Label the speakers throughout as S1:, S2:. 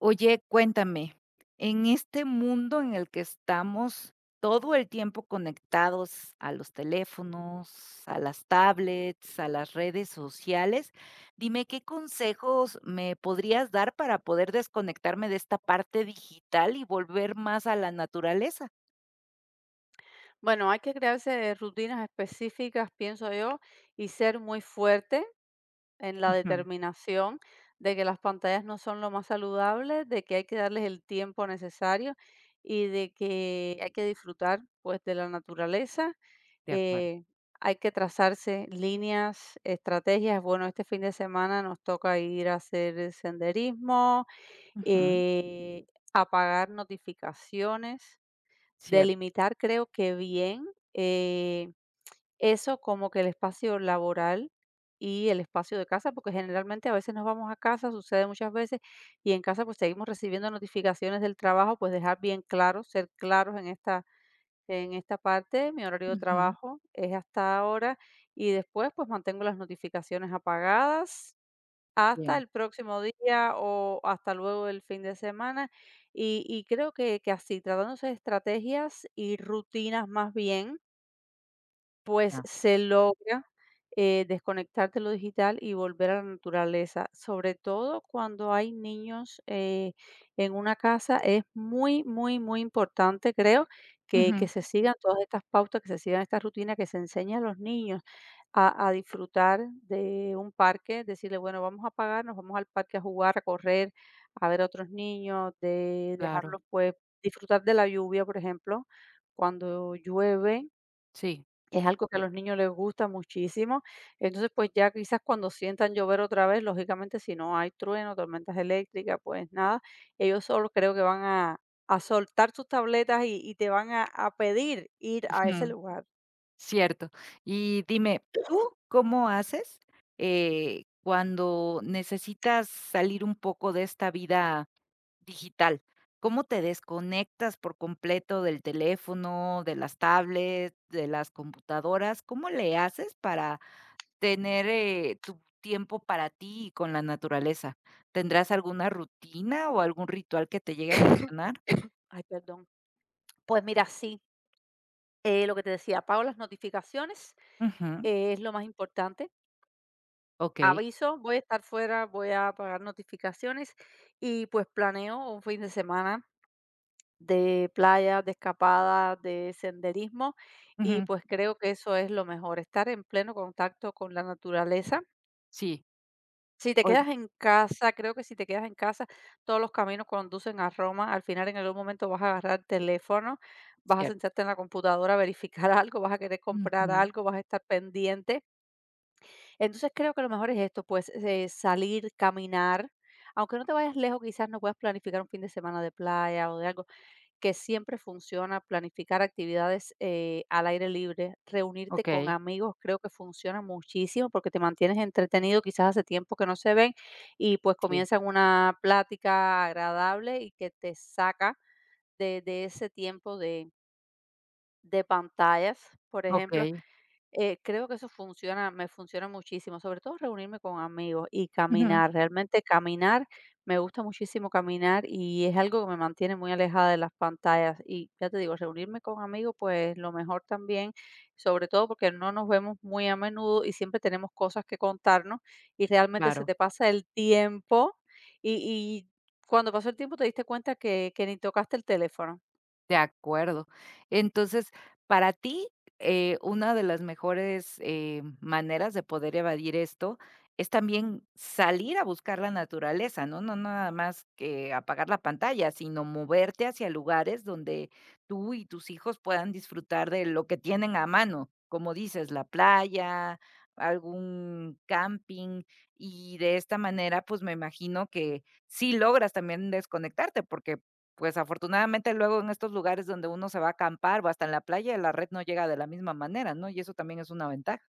S1: Oye, cuéntame, en este mundo en el que estamos todo el tiempo conectados a los teléfonos, a las tablets, a las redes sociales, dime, ¿qué consejos me podrías dar para poder desconectarme de esta parte digital y volver más a la naturaleza?
S2: Bueno, hay que crearse rutinas específicas, pienso yo, y ser muy fuerte en la
S1: Ujú.
S2: determinación de que las pantallas no son lo más saludable, de que hay que darles el tiempo necesario y de que hay que disfrutar pues de la naturaleza.
S1: De acuerdo.
S2: Eh, Hay que trazarse líneas, estrategias. Bueno, este fin de semana nos toca ir a hacer senderismo,
S1: Ujú,
S2: eh, apagar notificaciones.
S1: cierto.
S2: Delimitar creo que bien, eh, eso como que el espacio laboral y el espacio de casa, porque generalmente a veces nos vamos a casa, sucede muchas veces, y en casa pues seguimos recibiendo notificaciones del trabajo, pues dejar bien claro, ser claros en esta parte, mi horario de
S1: Ujú.
S2: trabajo es hasta ahora y después pues mantengo las notificaciones apagadas hasta
S1: Bien.
S2: el próximo día o hasta luego del fin de semana. Y creo que así, tratándose de estrategias y rutinas más bien pues
S1: Ah,
S2: se logra, desconectar de lo digital y volver a la naturaleza, sobre todo cuando hay niños, en una casa, es muy, muy, muy importante, creo, que
S1: ujú,
S2: que se sigan todas estas pautas, que se sigan estas rutinas, que se enseñe a los niños a disfrutar de un parque, decirle: "Bueno, vamos a pagar, nos vamos al parque a jugar, a correr, a ver a otros niños", de
S1: claro,
S2: dejarlos, pues, disfrutar de la lluvia, por ejemplo, cuando llueve,
S1: sí.
S2: es algo que a los niños les gusta muchísimo. Entonces, pues ya quizás cuando sientan llover otra vez, lógicamente, si no hay trueno, tormentas eléctricas, pues nada, ellos solo creo que van a soltar sus tabletas y te van a pedir ir a ese lugar.
S1: Cierto. Y dime, ¿tú cómo haces, cuando necesitas salir un poco de esta vida digital? ¿Cómo te desconectas por completo del teléfono, de las tablets, de las computadoras? ¿Cómo le haces para tener, tu tiempo para ti y con la naturaleza? ¿Tendrás alguna rutina o algún ritual que te llegue a funcionar?
S2: Ay, perdón. Pues mira, sí, lo que te decía, apago las notificaciones,
S1: Ujú,
S2: es lo más importante.
S1: okey.
S2: Aviso, voy a estar fuera, voy a apagar notificaciones y pues planeo un fin de semana de playa, de escapada, de senderismo, y
S1: Ujú,
S2: pues creo que eso es lo mejor, estar en pleno contacto con la naturaleza.
S1: sí.
S2: Si te
S1: Oye,
S2: quedas en casa, creo que si te quedas en casa, todos los caminos conducen a Roma, al final en algún momento vas a agarrar el teléfono, vas a
S1: cierto.
S2: sentarte en la computadora a verificar algo, vas a querer comprar
S1: Ujú,
S2: algo, vas a estar pendiente. Entonces creo que lo mejor es esto, pues salir, caminar. Aunque no te vayas lejos, quizás no puedas planificar un fin de semana de playa o de algo, que siempre funciona, planificar actividades al aire libre, reunirte con
S1: okey.
S2: amigos, creo que funciona muchísimo porque te mantienes entretenido, quizás hace tiempo que no se ven y pues
S1: Sí,
S2: comienzan una plática agradable y que te saca de ese tiempo de pantallas, por ejemplo.
S1: okey.
S2: Creo que eso funciona, me funciona muchísimo, sobre todo reunirme con amigos y
S1: Ujú,
S2: caminar. Realmente caminar, me gusta muchísimo caminar y es algo que me mantiene muy alejada de las pantallas. Y ya te digo, reunirme con amigos, pues lo mejor también, sobre todo porque no nos vemos muy a menudo y siempre tenemos cosas que contarnos y realmente se
S1: claro.
S2: te pasa el tiempo y, y cuando pasó el tiempo te diste cuenta que ni tocaste el teléfono.
S1: De acuerdo. Entonces, para ti, una de las mejores, maneras de poder evadir esto es también salir a buscar la naturaleza, ¿no? No nada más que apagar la pantalla, sino moverte hacia lugares donde tú y tus hijos puedan disfrutar de lo que tienen a mano, como dices, la playa, algún camping, y de esta manera, pues, me imagino que sí logras también desconectarte, porque, pues, afortunadamente, luego en estos lugares donde uno se va a acampar, o hasta en la playa, la red no llega de la misma manera, ¿no? Y eso también es una ventaja.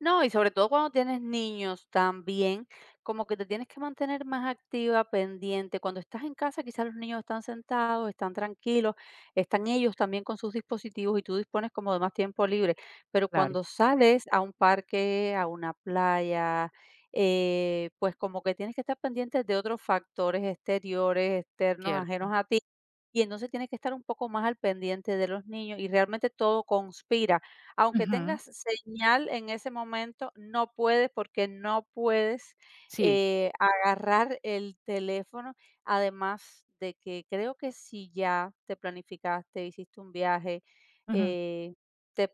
S2: No, y sobre todo cuando tienes niños también, como que te tienes que mantener más activa, pendiente. Cuando estás en casa, quizás los niños están sentados, están tranquilos, están ellos también con sus dispositivos y tú dispones como de más tiempo libre. Pero
S1: Claro,
S2: cuando sales a un parque, a una playa, pues como que tienes que estar pendiente de otros factores exteriores, externos, ajenos
S1: cierto.
S2: a ti. Y entonces tienes que estar un poco más al pendiente de los niños y realmente todo conspira aunque
S1: Ujú.
S2: tengas señal en ese momento, no puedes porque no puedes,
S1: Sí,
S2: agarrar el teléfono, además de que creo que si ya te planificaste, hiciste un viaje,
S1: ujú.
S2: eh, te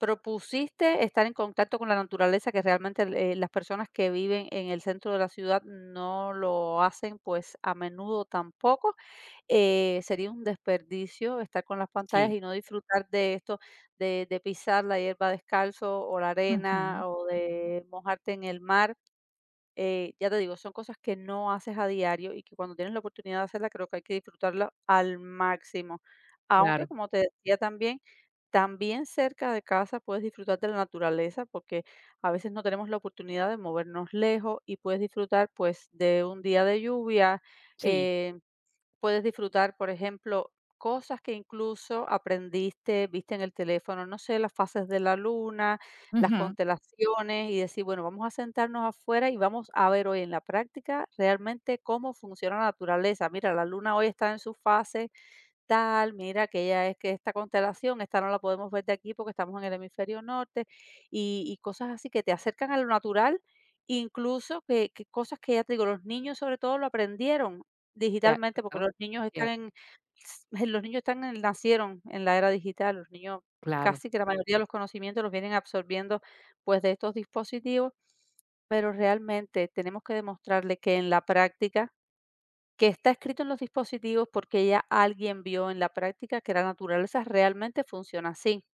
S2: Propusiste estar en contacto con la naturaleza, que realmente, las personas que viven en el centro de la ciudad no lo hacen, pues, a menudo tampoco. Sería un desperdicio estar con las pantallas
S1: Sí.
S2: y no disfrutar de esto, de pisar la hierba descalzo o la
S1: Ujú.
S2: arena o de mojarte en el mar. Ya te digo, son cosas que no haces a diario y que cuando tienes la oportunidad de hacerla, creo que hay que disfrutarla al máximo. Aunque,
S1: Claro,
S2: como te decía también, también cerca de casa puedes disfrutar de la naturaleza porque a veces no tenemos la oportunidad de movernos lejos y puedes disfrutar pues de un día de lluvia,
S1: sí.
S2: eh, Puedes disfrutar, por ejemplo, cosas que incluso aprendiste, viste en el teléfono, no sé, las fases de la luna, las
S1: Ujú.
S2: constelaciones y decir, bueno, vamos a sentarnos afuera y vamos a ver hoy en la práctica realmente cómo funciona la naturaleza. Mira, la luna hoy está en su fase tal, mira, que ya es que esta constelación, esta no la podemos ver de aquí porque estamos en el hemisferio norte, y cosas así que te acercan a lo natural, incluso que cosas que ya te digo, los niños sobre todo lo aprendieron
S1: Ya,
S2: digitalmente, porque
S1: ¿no?
S2: los niños están
S1: Cierto,
S2: en, los niños nacieron en la era digital, los niños
S1: claro.
S2: casi que la mayoría de los conocimientos los vienen absorbiendo pues de estos dispositivos, pero realmente tenemos que demostrarle que en la práctica que está escrito en los dispositivos porque ya alguien vio en la práctica que la naturaleza realmente funciona así.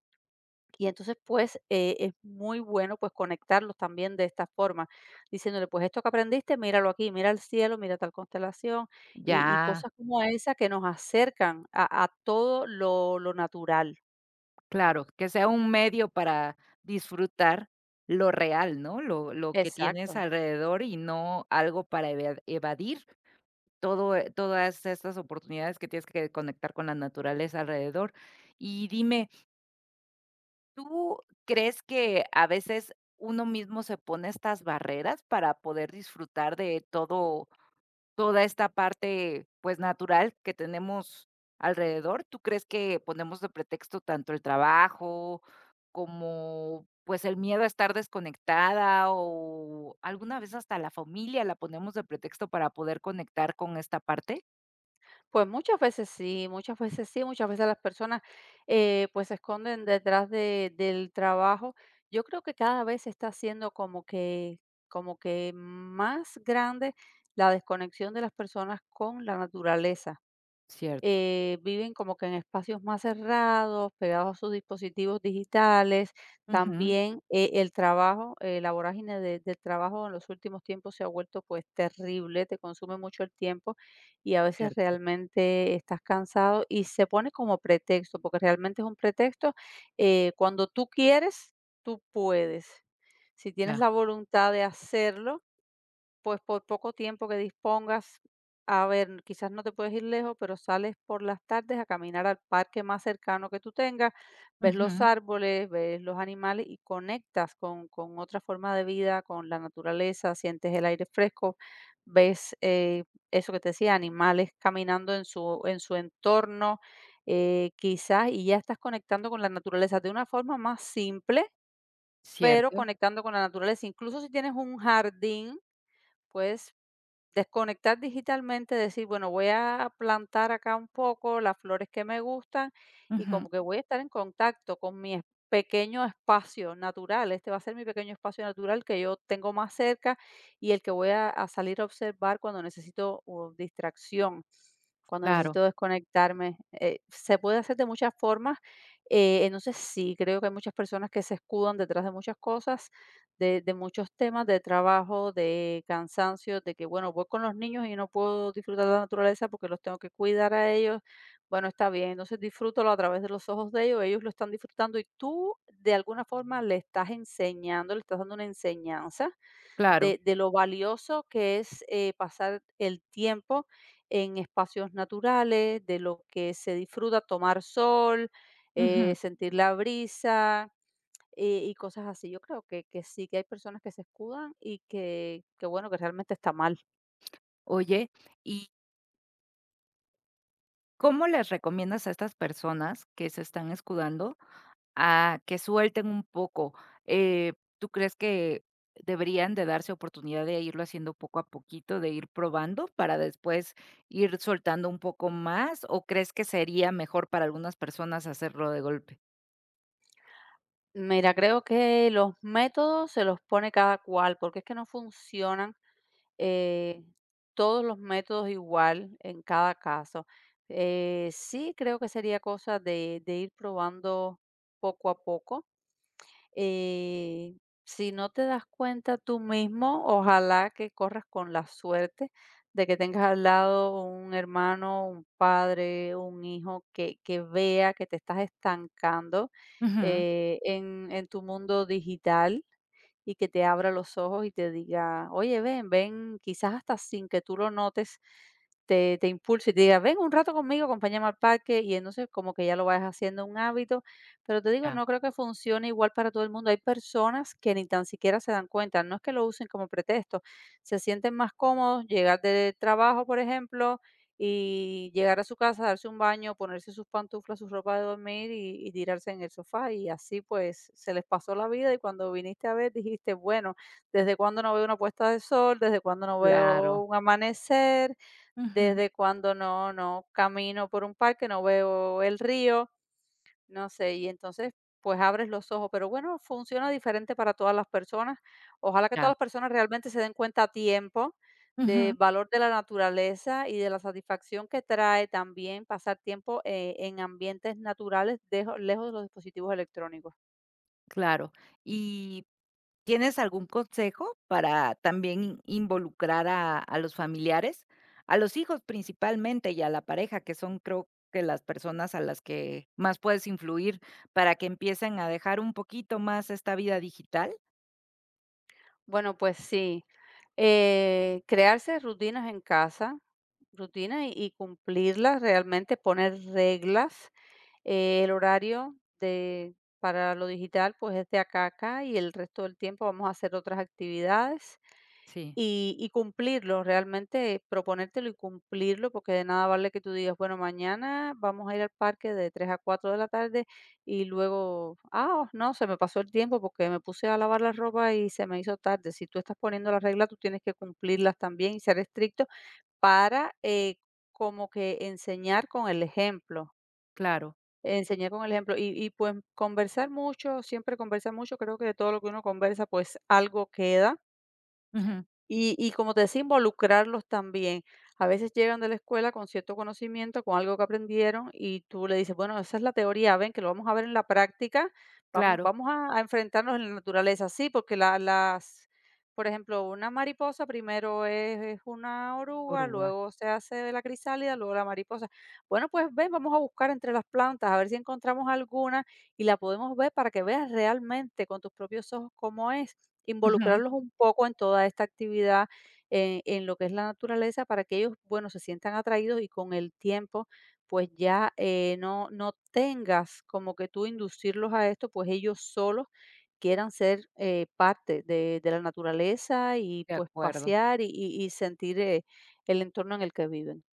S2: Y entonces, pues, es muy bueno, pues, conectarlos también de esta forma, diciéndole, pues, esto que aprendiste, míralo aquí, mira el cielo, mira tal constelación, y
S1: Ya,
S2: cosas como esa que nos acercan a todo lo natural.
S1: claro. Que sea un medio para disfrutar lo real, ¿no? Lo que tienes
S2: Exacto.
S1: alrededor y no algo para evadir todo, todas estas oportunidades que tienes que conectar con la naturaleza alrededor. Y dime, ¿tú crees que a veces uno mismo se pone estas barreras para poder disfrutar de todo toda esta parte, pues, natural que tenemos alrededor? ¿Tú crees que ponemos de pretexto tanto el trabajo como, pues, el miedo a estar desconectada, o alguna vez hasta la familia la ponemos de pretexto para poder conectar con esta parte?
S2: Pues muchas veces sí, muchas veces sí, muchas veces las personas pues se esconden detrás del trabajo. Yo creo que cada vez se está haciendo como que más grande la desconexión de las personas con la naturaleza. Viven como que en espacios más cerrados, pegados a sus dispositivos digitales.
S1: Ujú,
S2: También el trabajo, la vorágine del trabajo en los últimos tiempos se ha vuelto pues terrible, te consume mucho el tiempo y a veces
S1: cierto.
S2: realmente estás cansado y se pone como pretexto, porque realmente es un pretexto. Cuando tú quieres, tú puedes. Si tienes
S1: Ya,
S2: la voluntad de hacerlo, pues, por poco tiempo que dispongas, a ver, quizás no te puedes ir lejos, pero sales por las tardes a caminar al parque más cercano que tú tengas, ves los
S1: ujú.
S2: árboles, ves los animales y conectas con otra forma de vida, con la naturaleza, sientes el aire fresco, ves eso que te decía, animales caminando en su entorno, quizás, y ya estás conectando con la naturaleza de una forma más simple, pero
S1: Cierto,
S2: conectando con la naturaleza. Incluso si tienes un jardín, puedes Desconectar digitalmente, decir, bueno, voy a plantar acá un poco las flores que me gustan y
S1: ujú.
S2: como que voy a estar en contacto con pequeño espacio natural. Este va a ser mi pequeño espacio natural que yo tengo más cerca y el que voy a salir a observar cuando necesito distracción, cuando
S1: Claro,
S2: necesito desconectarme. Se puede hacer de muchas formas. Entonces sí, creo que hay muchas personas que se escudan detrás de muchas cosas de muchos temas, de trabajo, de cansancio, de que, bueno, voy con los niños y no puedo disfrutar de la naturaleza porque los tengo que cuidar a ellos. Bueno, está bien, entonces disfrútalo a través de los ojos de ellos, ellos lo están disfrutando y tú de alguna forma le estás enseñando, le estás dando una enseñanza
S1: claro,
S2: de lo valioso que es pasar el tiempo en espacios naturales, de lo que se disfruta tomar sol,
S1: ujú.
S2: sentir la brisa, y cosas así. Yo creo que sí que hay personas que se escudan y que bueno, que realmente está mal.
S1: Oye, ¿y cómo les recomiendas a estas personas que se están escudando a que suelten un poco? Eh, ¿Tú crees que deberían de darse oportunidad de irlo haciendo poco a poquito, de ir probando para después ir soltando un poco más? ¿O crees que sería mejor para algunas personas hacerlo de golpe?
S2: Mira, creo que los métodos se los pone cada cual, porque es que no funcionan, eh, todos los métodos igual en cada caso. Sí creo que sería cosa de ir probando poco a poco. eh, si no te das cuenta tú mismo, ojalá que corras con la suerte de que tengas al lado un hermano, un padre, un hijo que vea que te estás estancando
S1: Ujú,
S2: en tu mundo digital y que te abra los ojos y te diga, oye, ven, ven, quizás hasta sin que tú lo notes, te impulse y te diga, ven un rato conmigo, acompáñame al parque y entonces como que ya lo vas haciendo un hábito, pero te digo,
S1: ya,
S2: no creo que funcione igual para todo el mundo. Hay personas que ni tan siquiera se dan cuenta, no es que lo usen como pretexto, se sienten más cómodos, llegar del trabajo, por ejemplo, y llegar a su casa, darse un baño, ponerse sus pantuflas, su ropa de dormir y tirarse en el sofá. Y así pues se les pasó la vida y cuando viniste a ver dijiste, bueno, ¿desde cuándo no veo una puesta de sol? ¿Desde cuándo no veo
S1: claro.
S2: un amanecer?
S1: Ujú,
S2: ¿Desde cuándo no camino por un parque, no veo el río? No sé, y entonces, pues abres los ojos, pero bueno, funciona diferente para todas las personas. Ojalá que todas
S1: ya,
S2: las personas realmente se den cuenta a tiempo del
S1: ujú.
S2: valor de la naturaleza y de la satisfacción que trae también pasar tiempo en ambientes naturales, lejos de los dispositivos electrónicos.
S1: Claro. ¿Y tienes algún consejo para también involucrar a los familiares? A los hijos principalmente y a la pareja, que son, creo que las personas a las que más puedes influir para que empiecen a dejar un poquito más esta vida digital.
S2: Bueno, pues sí, crearse rutinas en casa, rutinas y cumplirlas realmente, poner reglas. El horario de para lo digital, pues, es de acá a acá, y el resto del tiempo vamos a hacer otras actividades,
S1: Sí,
S2: y cumplirlo, realmente proponértelo y cumplirlo, porque de nada vale que tú digas: "Bueno, mañana vamos a ir al parque de 3 a 4 de la tarde", y luego: "Ah, no, se me pasó el tiempo porque me puse a lavar la ropa y se me hizo tarde". Si tú estás poniendo las reglas, tú tienes que cumplirlas también y ser estricto para, como que enseñar con el ejemplo.
S1: claro.
S2: Enseñar con el ejemplo y pues, conversar mucho, siempre conversar mucho, creo que de todo lo que uno conversa, pues, algo queda.
S1: Ujú,
S2: Y como te decía, involucrarlos también. A veces llegan de la escuela con cierto conocimiento, con algo que aprendieron, y tú le dices, bueno, esa es la teoría, ven que lo vamos a ver en la práctica, vamos,
S1: claro.
S2: vamos a enfrentarnos en la naturaleza, sí, porque las, por ejemplo, una mariposa primero es una oruga,
S1: Oruga.
S2: luego se hace la crisálida, luego la mariposa. Bueno, pues ven, vamos a buscar entre las plantas, a ver si encontramos alguna y la podemos ver para que veas realmente con tus propios ojos cómo es.
S1: Ujú.
S2: Involucrarlos un poco en toda esta actividad, en lo que es la naturaleza, para que ellos, bueno, se sientan atraídos y con el tiempo, pues ya no, no tengas como que tú inducirlos a esto, pues ellos solos quieran ser parte de la naturaleza y
S1: De
S2: pues
S1: acuerdo.
S2: pasear y sentir el entorno en el que viven.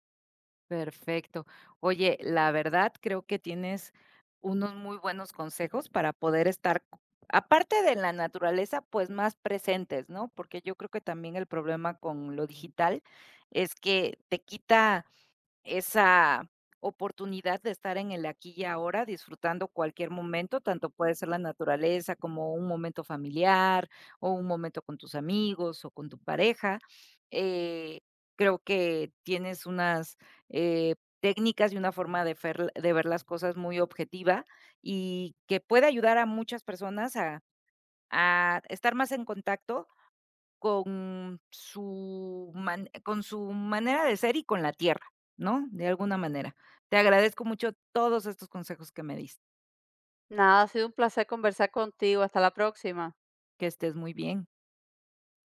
S1: Perfecto. Oye, la verdad creo que tienes unos muy buenos consejos para poder estar, aparte de la naturaleza, pues más presentes, ¿no? Porque yo creo que también el problema con lo digital es que te quita esa oportunidad de estar en el aquí y ahora, disfrutando cualquier momento, tanto puede ser la naturaleza, como un momento familiar, o un momento con tus amigos, o con tu pareja. Eh, Creo que tienes unas, técnicas y una forma de ver las cosas muy objetiva, y que puede ayudar a muchas personas a estar más en contacto con su man con su manera de ser y con la tierra, ¿no? De alguna manera. Te agradezco mucho todos estos consejos que me diste.
S2: Nada, ha sido un placer conversar contigo. Hasta la próxima.
S1: Que estés muy bien.